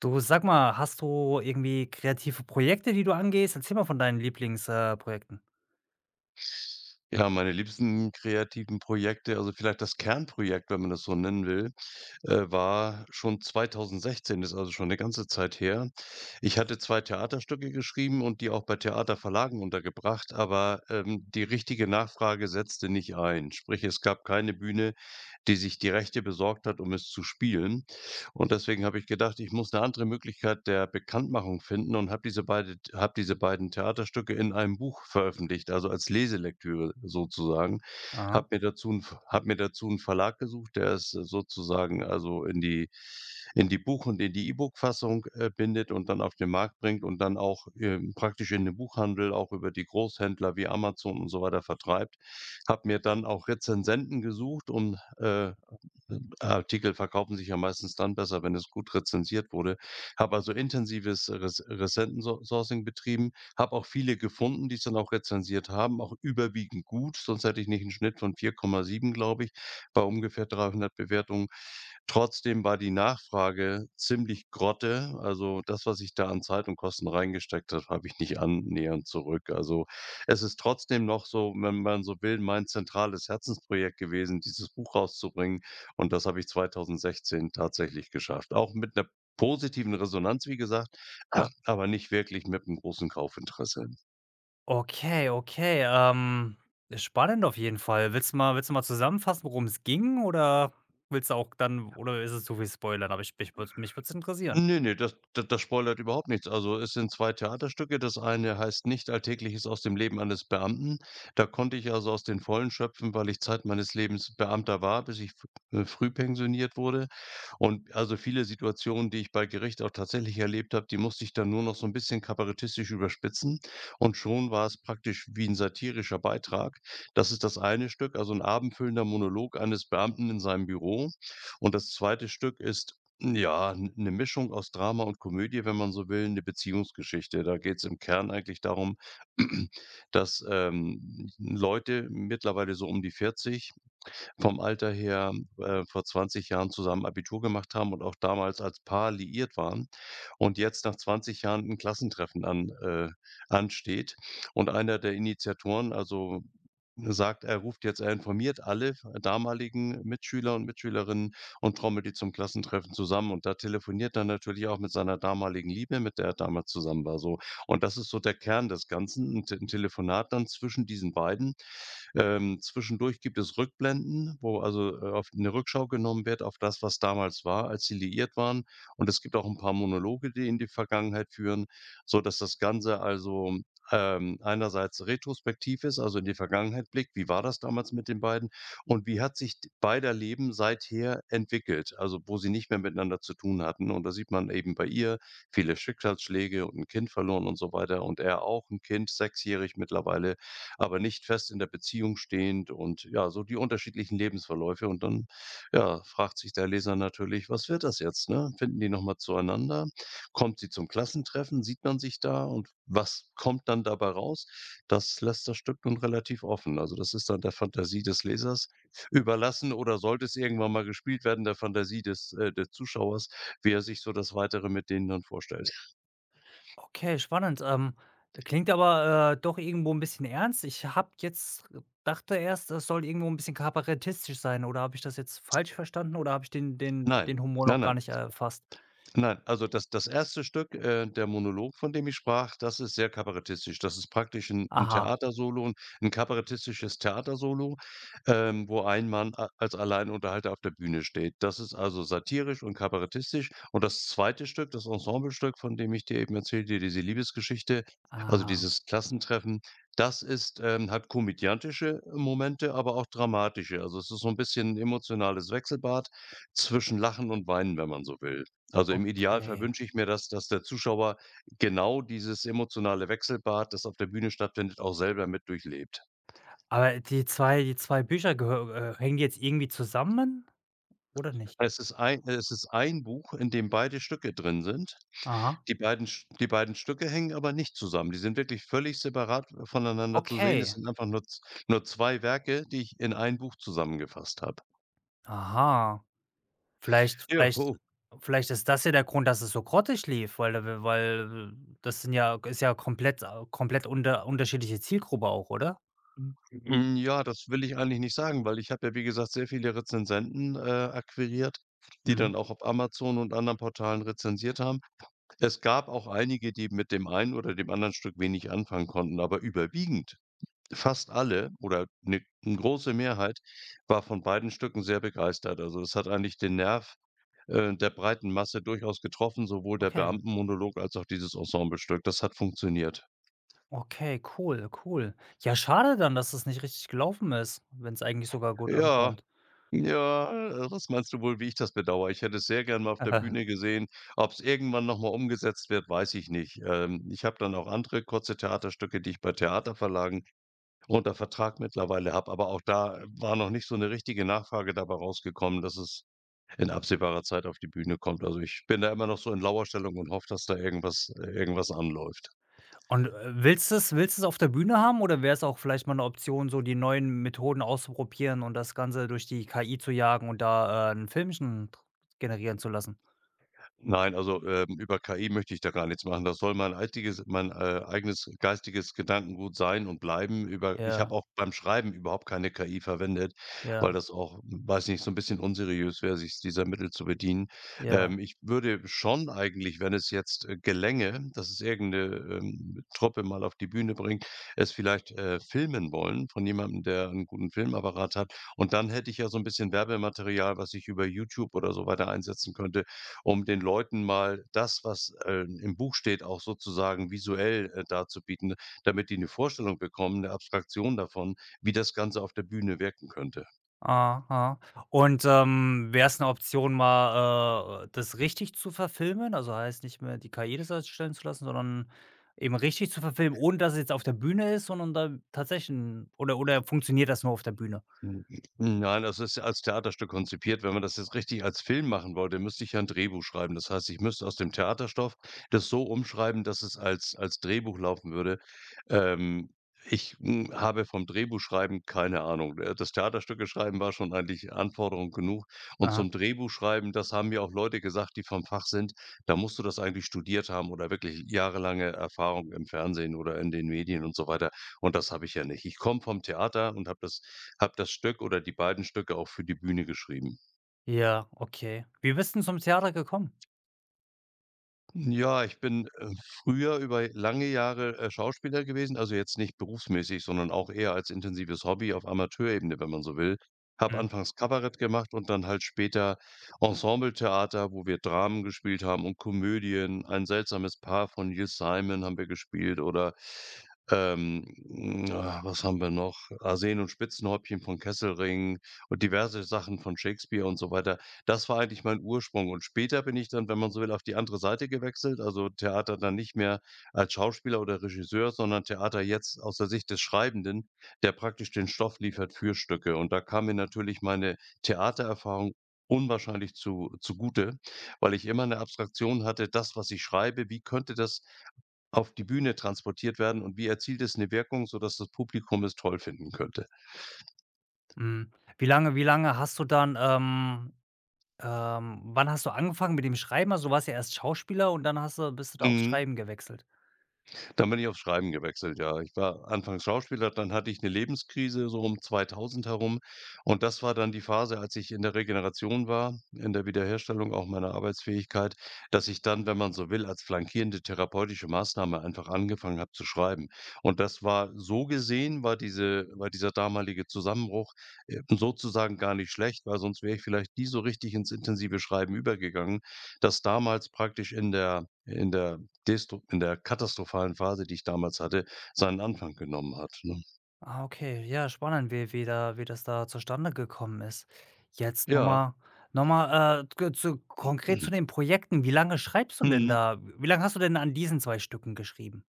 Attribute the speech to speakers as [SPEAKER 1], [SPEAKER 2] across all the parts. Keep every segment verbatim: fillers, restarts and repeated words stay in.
[SPEAKER 1] Du, sag mal, hast du irgendwie kreative Projekte, die du angehst? Erzähl mal von deinen Lieblingsprojekten. äh, Projekten.
[SPEAKER 2] Ja, meine liebsten kreativen Projekte also vielleicht das Kernprojekt, wenn man das so nennen will, äh, war schon zweitausendsechzehn, ist also schon eine ganze Zeit her. Ich hatte zwei Theaterstücke geschrieben und die auch bei Theaterverlagen untergebracht, aber, ähm, die richtige Nachfrage setzte nicht ein. Sprich, es gab keine Bühne, die sich die Rechte besorgt hat, um es zu spielen. Und deswegen habe ich gedacht, ich muss eine andere Möglichkeit der Bekanntmachung finden und habe diese beide habe diese beiden Theaterstücke in einem Buch veröffentlicht, also als Leselektüre sozusagen.
[SPEAKER 1] Aha.
[SPEAKER 2] Habe mir dazu 'n habe mir dazu 'n Verlag gesucht, der es sozusagen also in die in die Buch und in die E-Book-Fassung, äh, bindet und dann auf den Markt bringt und dann auch, ähm, praktisch in den Buchhandel auch über die Großhändler wie Amazon und so weiter vertreibt. Habe mir dann auch Rezensenten gesucht, um, äh ähm, Artikel verkaufen sich ja meistens dann besser, wenn es gut rezensiert wurde. Habe also intensives Rez rezenten Sourcing betrieben, habe auch viele gefunden, die es dann auch rezensiert haben, auch überwiegend gut, sonst hätte ich nicht einen Schnitt von vier Komma sieben, glaube ich, bei ungefähr dreihundert Bewertungen. Trotzdem war die Nachfrage ziemlich Grotte. Also, das, was ich da an Zeit und Kosten reingesteckt habe, habe ich nicht annähernd zurück. Also, es ist trotzdem noch so, wenn man so will, mein zentrales Herzensprojekt gewesen, dieses Buch rauszubringen. Und das habe ich zwanzig sechzehn tatsächlich geschafft. Auch mit einer positiven Resonanz, wie gesagt, a aber nicht wirklich mit einem großen Kaufinteresse.
[SPEAKER 1] Okay, okay, ähm, spannend auf jeden Fall. Willst du mal willst du mal zusammenfassen, worum es ging oder willst du auch dann oder ist es zu viel spoilern? Aber ich mich würde mich würde interessieren.
[SPEAKER 2] Ne, ne, das da das spoilert überhaupt nichts. Also, es sind zwei Theaterstücke. Das eine heißt „Nicht Alltägliches aus dem Leben eines Beamten“. Da konnte ich also aus den Vollen schöpfen, weil ich Zeit meines Lebens Beamter war, bis ich f äh, früh pensioniert wurde. Und also, viele Situationen, die ich bei Gericht auch tatsächlich erlebt habe, die musste ich dann nur noch so ein bisschen kabarettistisch überspitzen. Und schon war es praktisch wie ein satirischer Beitrag. Das ist das eine Stück, also ein abendfüllender Monolog eines Beamten in seinem Büro. Und das zweite Stück ist ja, eine Mischung aus Drama und Komödie, wenn man so will, eine Beziehungsgeschichte. Da geht es im Kern eigentlich darum, dass, ähm, Leute mittlerweile so um die vierzig vom Alter her, äh, vor zwanzig Jahren zusammen Abitur gemacht haben und auch damals als Paar liiert waren und jetzt nach zwanzig Jahren ein Klassentreffen an äh, ansteht. Und einer der Initiatoren, also sagt, er ruft jetzt er informiert alle damaligen Mitschüler und Mitschülerinnen und trommelt die zum Klassentreffen zusammen. Und da telefoniert er natürlich auch mit seiner damaligen Liebe, mit der er damals zusammen war, so. Und das ist so der Kern des Ganzen, ein Te 'n Telefonat dann zwischen diesen beiden. Ähm, zwischendurch gibt es Rückblenden, wo also, äh, auf 'ne Rückschau genommen wird auf das, was damals war, als sie liiert waren. Und es gibt auch ein paar Monologe, die in die Vergangenheit führen, so dass das Ganze also ähm, einerseits retrospektiv ist, also in die Vergangenheit blickt, wie war das damals mit den beiden und wie hat sich d- beider Leben seither entwickelt, also wo sie nicht mehr miteinander zu tun hatten. Und da sieht man eben bei ihr viele Schicksalsschläge und ein Kind verloren und so weiter und er auch ein Kind, sechsjährig mittlerweile, aber nicht fest in der Beziehung stehend und ja, so die unterschiedlichen Lebensverläufe. Und dann ja, fragt sich der Leser natürlich, was wird das jetzt? Ne? Finden die nochmal zueinander? Kommt sie zum Klassentreffen? Sieht man sich da? Und was kommt dann dabei raus? Das lässt das Stück nun relativ offen. Also, das ist dann der Fantasie des Lesers überlassen oder sollte es irgendwann mal gespielt werden, der Fantasie des äh, des Zuschauers, wie er sich so das Weitere mit denen dann vorstellt.
[SPEAKER 1] Okay, spannend. Ähm, klingt aber, äh, doch irgendwo ein bisschen ernst. Ich habe jetzt dachte erst, das soll irgendwo ein bisschen kabarettistisch sein, oder habe ich das jetzt falsch verstanden, oder habe ich den den
[SPEAKER 2] Nein,
[SPEAKER 1] den Humor
[SPEAKER 2] nein,
[SPEAKER 1] noch gar
[SPEAKER 2] nein.
[SPEAKER 1] nicht erfasst?
[SPEAKER 2] Nein, also das das erste. Stück, äh, der Monolog, von dem ich sprach, das ist sehr kabarettistisch. Das ist praktisch ein 'n
[SPEAKER 1] Aha,
[SPEAKER 2] Theatersolo, ein kabarettistisches Theatersolo, ähm, wo ein Mann a als Alleinunterhalter auf der Bühne steht. Das ist also satirisch und kabarettistisch. Und das zweite Stück, das Ensemblestück, von dem ich dir eben erzählte, diese Liebesgeschichte, also
[SPEAKER 1] ah,
[SPEAKER 2] dieses Klassentreffen, das ist ähm, hat komödiantische Momente, aber auch dramatische. Also, es ist so ein bisschen ein emotionales Wechselbad zwischen Lachen und Weinen, wenn man so will. Also, im Idealfall
[SPEAKER 1] okay.
[SPEAKER 2] wünsche ich mir dass dass der Zuschauer genau dieses emotionale Wechselbad, das auf der Bühne stattfindet, auch selber mit durchlebt.
[SPEAKER 1] Aber die zwei die zwei Bücher gehö äh, hängen die jetzt irgendwie zusammen oder nicht?
[SPEAKER 2] Es ist ein es ist ein Buch, in dem beide Stücke drin sind.
[SPEAKER 1] Aha,
[SPEAKER 2] Die beiden Sch die beiden Stücke hängen aber nicht zusammen. Die sind wirklich völlig separat äh, voneinander zu sehen. Es
[SPEAKER 1] okay.
[SPEAKER 2] sind einfach nur z nur zwei Werke, die ich in ein Buch zusammengefasst habe.
[SPEAKER 1] Aha. Vielleicht
[SPEAKER 2] Ja,
[SPEAKER 1] vielleicht
[SPEAKER 2] oh.
[SPEAKER 1] vielleicht ist das ja der Grund, dass es so grottig lief, weil da weil das sind ja ist ja komplett komplett unter unterschiedliche Zielgruppe auch, oder?
[SPEAKER 2] Hm, ja, das will ich eigentlich nicht sagen, weil ich habe ja, wie gesagt, sehr viele Rezensenten, äh, akquiriert, die
[SPEAKER 1] Mhm.
[SPEAKER 2] dann auch auf Amazon und anderen Portalen rezensiert haben. Es gab auch einige, die mit dem einen oder dem anderen Stück wenig anfangen konnten, aber überwiegend, fast alle oder eine große Mehrheit war von beiden Stücken sehr begeistert. Also, das hat eigentlich den Nerv, äh, der breiten Masse durchaus getroffen, sowohl der
[SPEAKER 1] Okay,
[SPEAKER 2] Beamtenmonolog als auch dieses Ensemblestück. Das hat funktioniert.
[SPEAKER 1] okay, cool, cool. Ja, schade dann, dass es nicht richtig gelaufen ist, wenn es eigentlich sogar gut
[SPEAKER 2] Ja,
[SPEAKER 1] ankommt.
[SPEAKER 2] ja, äh, was meinst du wohl, wie ich das bedauere? Ich hätte es sehr gern mal auf der Bühne gesehen. Ob es irgendwann noch mal umgesetzt wird, weiß ich nicht. Ähm, ich habe dann auch andere kurze Theaterstücke, die ich bei Theaterverlagen unter Vertrag mittlerweile habe, aber auch da äh, war noch nicht so 'ne richtige Nachfrage dabei rausgekommen, dass es in absehbarer Zeit auf die Bühne kommt. Also, ich bin da immer noch so in Lauerstellung und hoffe, dass da irgendwas äh, irgendwas anläuft.
[SPEAKER 1] Und, äh, willst du es, willst du's auf der Bühne haben oder wäre es auch vielleicht mal eine Option, so die neuen Methoden auszuprobieren und das Ganze durch die K I zu jagen und da, äh, 'n Filmchen dr generieren zu lassen?
[SPEAKER 2] Nein, also, ähm, über K I möchte ich da gar nichts machen. Das soll mein einziges mein, äh, eigenes geistiges Gedankengut sein und bleiben. Über ich habe
[SPEAKER 1] Ja,
[SPEAKER 2] auch beim Schreiben überhaupt keine K I verwendet, weil
[SPEAKER 1] ja,
[SPEAKER 2] das auch, hm, weiß nicht, so ein bisschen unseriös wäre, sich dieser Mittel zu bedienen.
[SPEAKER 1] ja.
[SPEAKER 2] Ähm, ich würde schon eigentlich, wenn es jetzt, äh, gelänge, dass es irgendeine ähm, Truppe mal auf die Bühne bringt, es vielleicht, äh, filmen wollen von jemandem, der einen guten Filmapparat hat. Und dann hätte ich ja so ein bisschen Werbematerial, was ich über YouTube oder so weiter einsetzen könnte, um den Leuten mal das, was, äh, im Buch steht, auch sozusagen visuell, äh, darzubieten, damit die eine Vorstellung bekommen, eine Abstraktion davon, wie das Ganze auf der Bühne wirken könnte.
[SPEAKER 1] Ah, ah. Und, ähm, wäre es eine Option, mal, äh, das richtig zu verfilmen? Also, heißt nicht mehr die K I das erstellen zu lassen, sondern eben richtig zu verfilmen, ohne dass es jetzt auf der Bühne ist, sondern da tatsächlich 'n oder oder funktioniert das nur auf der Bühne?
[SPEAKER 2] Hm, nein, das ist ja als Theaterstück konzipiert. Wenn man das jetzt richtig als Film machen wollte, müsste ich ja 'n Drehbuch schreiben. Das heißt, ich müsste aus dem Theaterstoff das so umschreiben, dass es als als Drehbuch laufen würde. Ähm, Ich, hm, habe vom Drehbuchschreiben keine Ahnung. Äh, das Theaterstücke schreiben war schon eigentlich Anforderung genug. Und
[SPEAKER 1] Aha.
[SPEAKER 2] zum Drehbuchschreiben, das haben mir auch Leute gesagt, die vom Fach sind, da musst du das eigentlich studiert haben oder wirklich jahrelange Erfahrung im Fernsehen oder in den Medien und so weiter. Und das habe ich ja nicht. Ich komme vom Theater und habe das habe das Stück oder die beiden Stücke auch für die Bühne geschrieben.
[SPEAKER 1] Ja, okay. Wie bist du zum Theater gekommen?
[SPEAKER 2] Ja, ich bin, äh, früher über lange Jahre, äh, Schauspieler gewesen, also jetzt nicht berufsmäßig, sondern auch eher als intensives Hobby auf Amateurebene, wenn man so will. Habe
[SPEAKER 1] Mhm,
[SPEAKER 2] anfangs Kabarett gemacht und dann halt später Ensembletheater, wo wir Dramen gespielt haben und Komödien. „Ein seltsames Paar“ von Neil Simon haben wir gespielt oder, ähm, mm, ah, was haben wir noch? „Arsen und Spitzenhäubchen“ von Kesselring und diverse Sachen von Shakespeare und so weiter. Das war eigentlich mein Ursprung und später bin ich dann, wenn man so will, auf die andere Seite gewechselt, also Theater dann nicht mehr als Schauspieler oder Regisseur, sondern Theater jetzt aus der Sicht des Schreibenden, der praktisch den Stoff liefert für Stücke. Und da kam mir natürlich meine Theatererfahrung unwahrscheinlich zu zugute, weil ich immer eine Abstraktion hatte, das, was ich schreibe, wie könnte das auf die Bühne transportiert werden und wie erzielt es eine Wirkung, sodass das Publikum es toll finden könnte.
[SPEAKER 1] mhm. Wie lange wie lange hast du dann, ähm ähm wann hast du angefangen mit dem Schreiben? Also, du warst ja erst Schauspieler und dann hast du bist du da aufs
[SPEAKER 2] Mhm.
[SPEAKER 1] Schreiben gewechselt?
[SPEAKER 2] Dann bin ich aufs Schreiben gewechselt, ja. Ich war anfangs Schauspieler, dann hatte ich eine Lebenskrise so um zweitausend herum und das war dann die Phase, als ich in der Regeneration war, in der Wiederherstellung auch meiner Arbeitsfähigkeit, dass ich dann, wenn man so will, als flankierende therapeutische Maßnahme einfach angefangen habe zu schreiben. Und das war so gesehen war diese war dieser damalige Zusammenbruch, äh, sozusagen gar nicht schlecht, weil sonst wäre ich vielleicht nie so richtig ins intensive Schreiben übergegangen. Das damals praktisch in der in der Destru in der katastrophalen Phase, die ich damals hatte, seinen Anfang genommen hat, ne?
[SPEAKER 1] Ah, okay. Ja, spannend, wie wie da wie das da zustande gekommen ist. Jetzt
[SPEAKER 2] Ja.
[SPEAKER 1] nochmal noch mal noch mal, äh, k zu konkret
[SPEAKER 2] Mhm.
[SPEAKER 1] zu den Projekten. Wie lange schreibst du denn da? Wie lange hast du denn an diesen zwei Stücken geschrieben?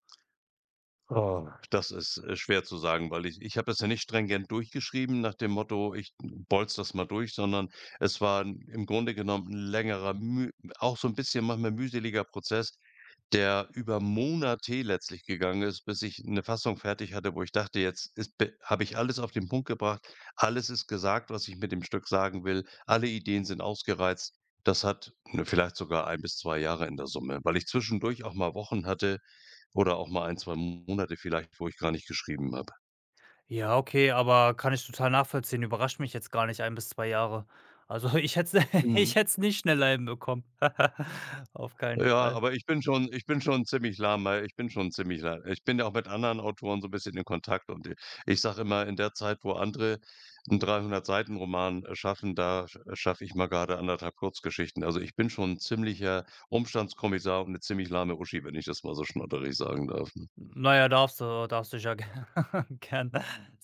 [SPEAKER 2] Oh, das ist, äh, schwer zu sagen, weil ich ich habe es ja nicht stringent durchgeschrieben nach dem Motto: „Ich bolz das mal durch“, sondern es war 'n im Grunde genommen ein längerer, müh auch so ein bisschen manchmal mühseliger Prozess, der über Monate letztlich gegangen ist, bis ich eine Fassung fertig hatte, wo ich dachte: „Jetzt ist habe ich alles auf den Punkt gebracht. Alles ist gesagt, was ich mit dem Stück sagen will. Alle Ideen sind ausgereizt.“ Das hat, ne, vielleicht sogar ein bis zwei Jahre in der Summe, weil ich zwischendurch auch mal Wochen hatte oder auch mal ein zwei Monate vielleicht, wo ich gar nicht geschrieben habe.
[SPEAKER 1] Ja, okay, aber kann ich total nachvollziehen. Überrascht mich jetzt gar nicht ein bis zwei Jahre. Also, ich hätte es ich
[SPEAKER 2] Mhm.
[SPEAKER 1] hätte es nicht schneller hinbekommen. Auf keinen
[SPEAKER 2] Ja,
[SPEAKER 1] Fall.
[SPEAKER 2] aber ich bin schon ich bin schon ziemlich lahmer ich bin schon ziemlich la ich bin ja auch mit anderen Autoren so ein bisschen in Kontakt und i ich sage immer, in der Zeit, wo andere 'n dreihundert Seiten Roman schaffen, da schaffe ich mal gerade anderthalb Kurzgeschichten. Also, ich bin schon 'n ziemlicher Umstandskommissar und eine ziemlich lahme Uschi, wenn ich das mal so schnodderig sagen darf, ne?
[SPEAKER 1] Na ja, darfst du darfst dich ja gerne gern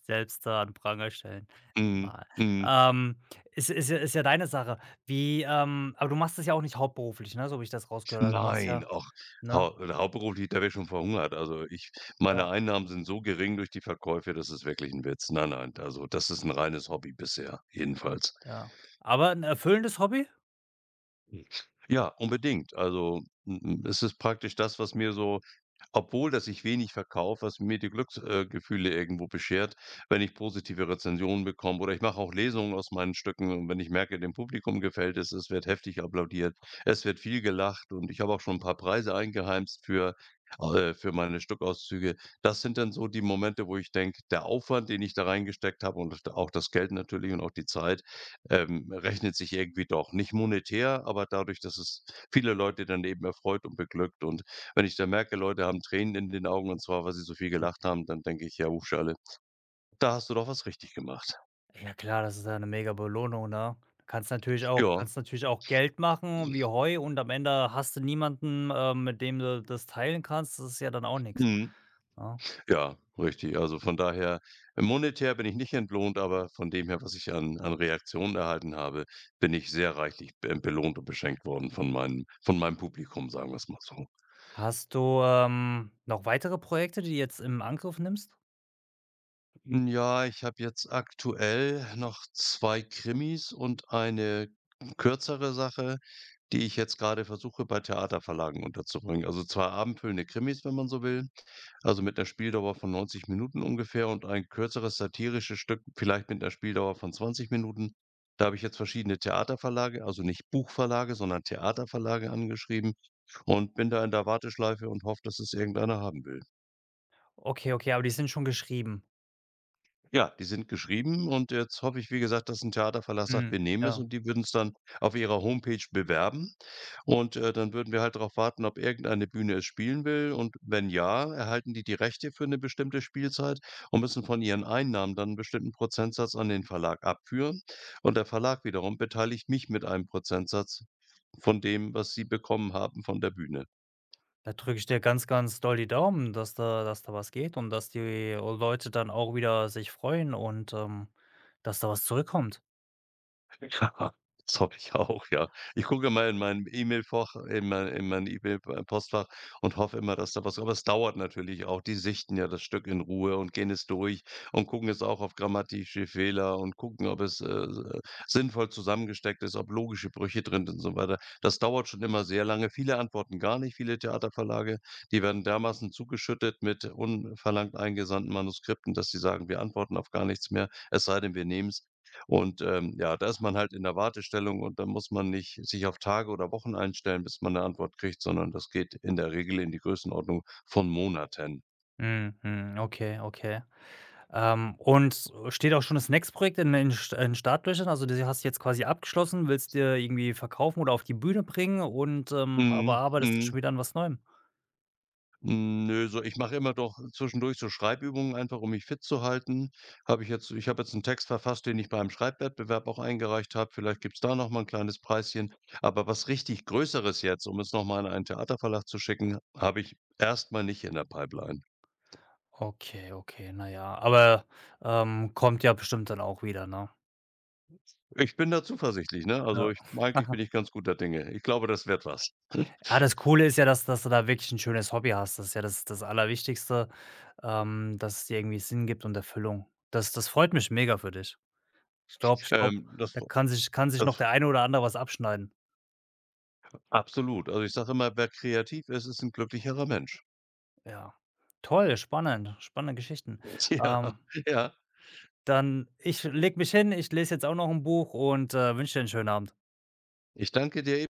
[SPEAKER 1] selbst da an den Pranger stellen.
[SPEAKER 2] Mhm,
[SPEAKER 1] Nein.
[SPEAKER 2] mhm.
[SPEAKER 1] Ähm, ist ist ja ist ja deine Sache. Wie, ähm aber du machst das ja auch nicht hauptberuflich, ne, so wie ich das rausgehört habe. Du machst
[SPEAKER 2] Nein,
[SPEAKER 1] ja,
[SPEAKER 2] auch
[SPEAKER 1] ne?
[SPEAKER 2] hau oder hauptberuflich, da wäre ich schon verhungert. Also, ich meine
[SPEAKER 1] Ja,
[SPEAKER 2] Einnahmen sind so gering durch die Verkäufe, das ist wirklich 'n Witz. Nein, nein, also, das ist 'n reines Hobby bisher, jedenfalls.
[SPEAKER 1] ja. Aber ein erfüllendes Hobby?
[SPEAKER 2] Ja, unbedingt. Also, m m es ist praktisch das, was mir so obwohl, dass ich wenig verkaufe, was mir die Glücksgefühle äh, Gefühle irgendwo beschert, wenn ich positive Rezensionen bekomme oder ich mache auch Lesungen aus meinen Stücken und wenn ich merke, dem Publikum gefällt es, es wird heftig applaudiert, es wird viel gelacht und ich habe auch schon ein paar Preise eingeheimst für äh, für meine Stückauszüge. Das sind dann so die Momente, wo ich denke, der Aufwand, den ich da reingesteckt habe und auch das Geld natürlich und auch die Zeit, ähm, rechnet sich irgendwie doch. Nicht monetär, aber dadurch, dass es viele Leute dann eben erfreut und beglückt. Und wenn ich dann merke, Leute haben Tränen in den Augen und zwar, weil sie so viel
[SPEAKER 1] Hm.
[SPEAKER 2] gelacht haben, dann denke ich, ja, Hufschale, da hast du doch was richtig gemacht.
[SPEAKER 1] Ja klar, das ist ja 'ne mega Belohnung, ne? Du kannst natürlich auch
[SPEAKER 2] Ja,
[SPEAKER 1] kannst natürlich auch Geld machen wie Heu und am Ende hast du niemanden, ähm, mit dem du das teilen kannst. Das ist ja dann auch nichts,
[SPEAKER 2] mhm,
[SPEAKER 1] ne?
[SPEAKER 2] ja, richtig. Also von daher, monetär bin ich nicht entlohnt, aber von dem her, was ich an, an Reaktionen erhalten habe, bin ich sehr reichlich be belohnt und beschenkt worden von meinem, von meinem Publikum, sagen wir es mal so.
[SPEAKER 1] Hast du, ähm, noch weitere Projekte, die du jetzt im Angriff nimmst?
[SPEAKER 2] Hm, ja, ich habe jetzt aktuell noch zwei Krimis und eine kürzere Sache, die ich jetzt gerade versuche, bei Theaterverlagen unterzubringen. Also zwei abendfüllende Krimis, wenn man so will, also mit einer Spieldauer von neunzig Minuten ungefähr und ein kürzeres satirisches Stück vielleicht mit einer Spieldauer von zwanzig Minuten. Da habe ich jetzt verschiedene Theaterverlage, also nicht Buchverlage, sondern Theaterverlage angeschrieben und bin da in der Warteschleife und hoffe, dass es irgendeiner haben will.
[SPEAKER 1] Okay, okay, aber die sind schon geschrieben.
[SPEAKER 2] Ja, die sind geschrieben und jetzt hoffe ich, wie gesagt, dass 'n Theaterverlag sagt: „Wir
[SPEAKER 1] Mhm,
[SPEAKER 2] nehmen es“,
[SPEAKER 1] ja.
[SPEAKER 2] und die würden es dann auf ihrer Homepage bewerben. Und, äh, dann würden wir halt darauf warten, ob irgendeine Bühne es spielen will. Und wenn ja, erhalten die die Rechte für eine bestimmte Spielzeit und müssen von ihren Einnahmen dann einen bestimmten Prozentsatz an den Verlag abführen. Und der Verlag wiederum beteiligt mich mit einem Prozentsatz von dem, was sie bekommen haben von der Bühne.
[SPEAKER 1] Da drücke ich dir ganz, ganz doll die Daumen, dass da dass da was geht und dass die Leute dann auch wieder sich freuen und, ähm, dass da was zurückkommt.
[SPEAKER 2] Das hoffe ich auch, ja. Ich gucke immer in meinem E-Mail-Fach in mein in mein E-Mail äh, Postfach und hoffe immer, dass da was aber es dauert natürlich auch. Die sichten ja das Stück in Ruhe und gehen es durch und gucken es auch auf grammatische Fehler und gucken, ob es, äh, sinnvoll zusammengesteckt ist, ob logische Brüche drin sind und so weiter. Das dauert schon immer sehr lange. Viele antworten gar nicht, viele Theaterverlage. Die werden dermaßen zugeschüttet mit unverlangt eingesandten Manuskripten, dass sie sagen: „Wir antworten auf gar nichts mehr, es sei denn, wir nehmen's.“ Und, ähm, ja, da ist man halt in der Wartestellung und da muss man nicht sich auf Tage oder Wochen einstellen, bis man eine Antwort kriegt, sondern das geht in der Regel in die Größenordnung von Monaten.
[SPEAKER 1] Mhm, okay, okay. Ähm, und steht auch schon das next Projekt in in St in Startlöchern? Also, das hast du jetzt quasi abgeschlossen, willst dir irgendwie verkaufen oder auf die Bühne bringen und, ähm aber
[SPEAKER 2] Mhm,
[SPEAKER 1] arbeitest du
[SPEAKER 2] mhm,
[SPEAKER 1] schon wieder an was Neuem?
[SPEAKER 2] hm, nö, so ich mache immer doch zwischendurch so Schreibübungen einfach, um mich fit zu halten. Habe ich jetzt Ich habe jetzt einen Text verfasst, den ich beim Schreibwettbewerb auch eingereicht habe. Vielleicht gibt's da noch mal ein kleines Preischen. Aber was richtig Größeres jetzt, um es noch mal an einen Theaterverlag zu schicken, habe ich erstmal nicht in der Pipeline.
[SPEAKER 1] Okay, okay, na ja, aber, ähm, kommt ja bestimmt dann auch wieder, ne?
[SPEAKER 2] Ich bin da zuversichtlich, ne? Also,
[SPEAKER 1] Ja.
[SPEAKER 2] ich eigentlich bin ich ganz guter Dinge. Ich glaube, das wird was.
[SPEAKER 1] Ja, das Coole ist ja, dass dass du da wirklich ein schönes Hobby hast. Das ist ja das das Allerwichtigste, ähm, dass es dir irgendwie Sinn gibt und Erfüllung. Das das freut mich mega für dich. Ich glaube ich glaube,
[SPEAKER 2] Ähm, das
[SPEAKER 1] da kann sich kann sich noch
[SPEAKER 2] das
[SPEAKER 1] der eine oder andere was abschneiden.
[SPEAKER 2] absolut. Also, ich sage immer: „Wer kreativ ist, ist ein glücklicherer Mensch.“
[SPEAKER 1] Ja. Toll, spannend, spannende Geschichten.
[SPEAKER 2] Ja,
[SPEAKER 1] Ähm,
[SPEAKER 2] ja.
[SPEAKER 1] dann ich lege mich hin, ich lese jetzt auch noch ein Buch und, äh, wünsche dir einen schönen Abend.
[SPEAKER 2] Ich danke dir e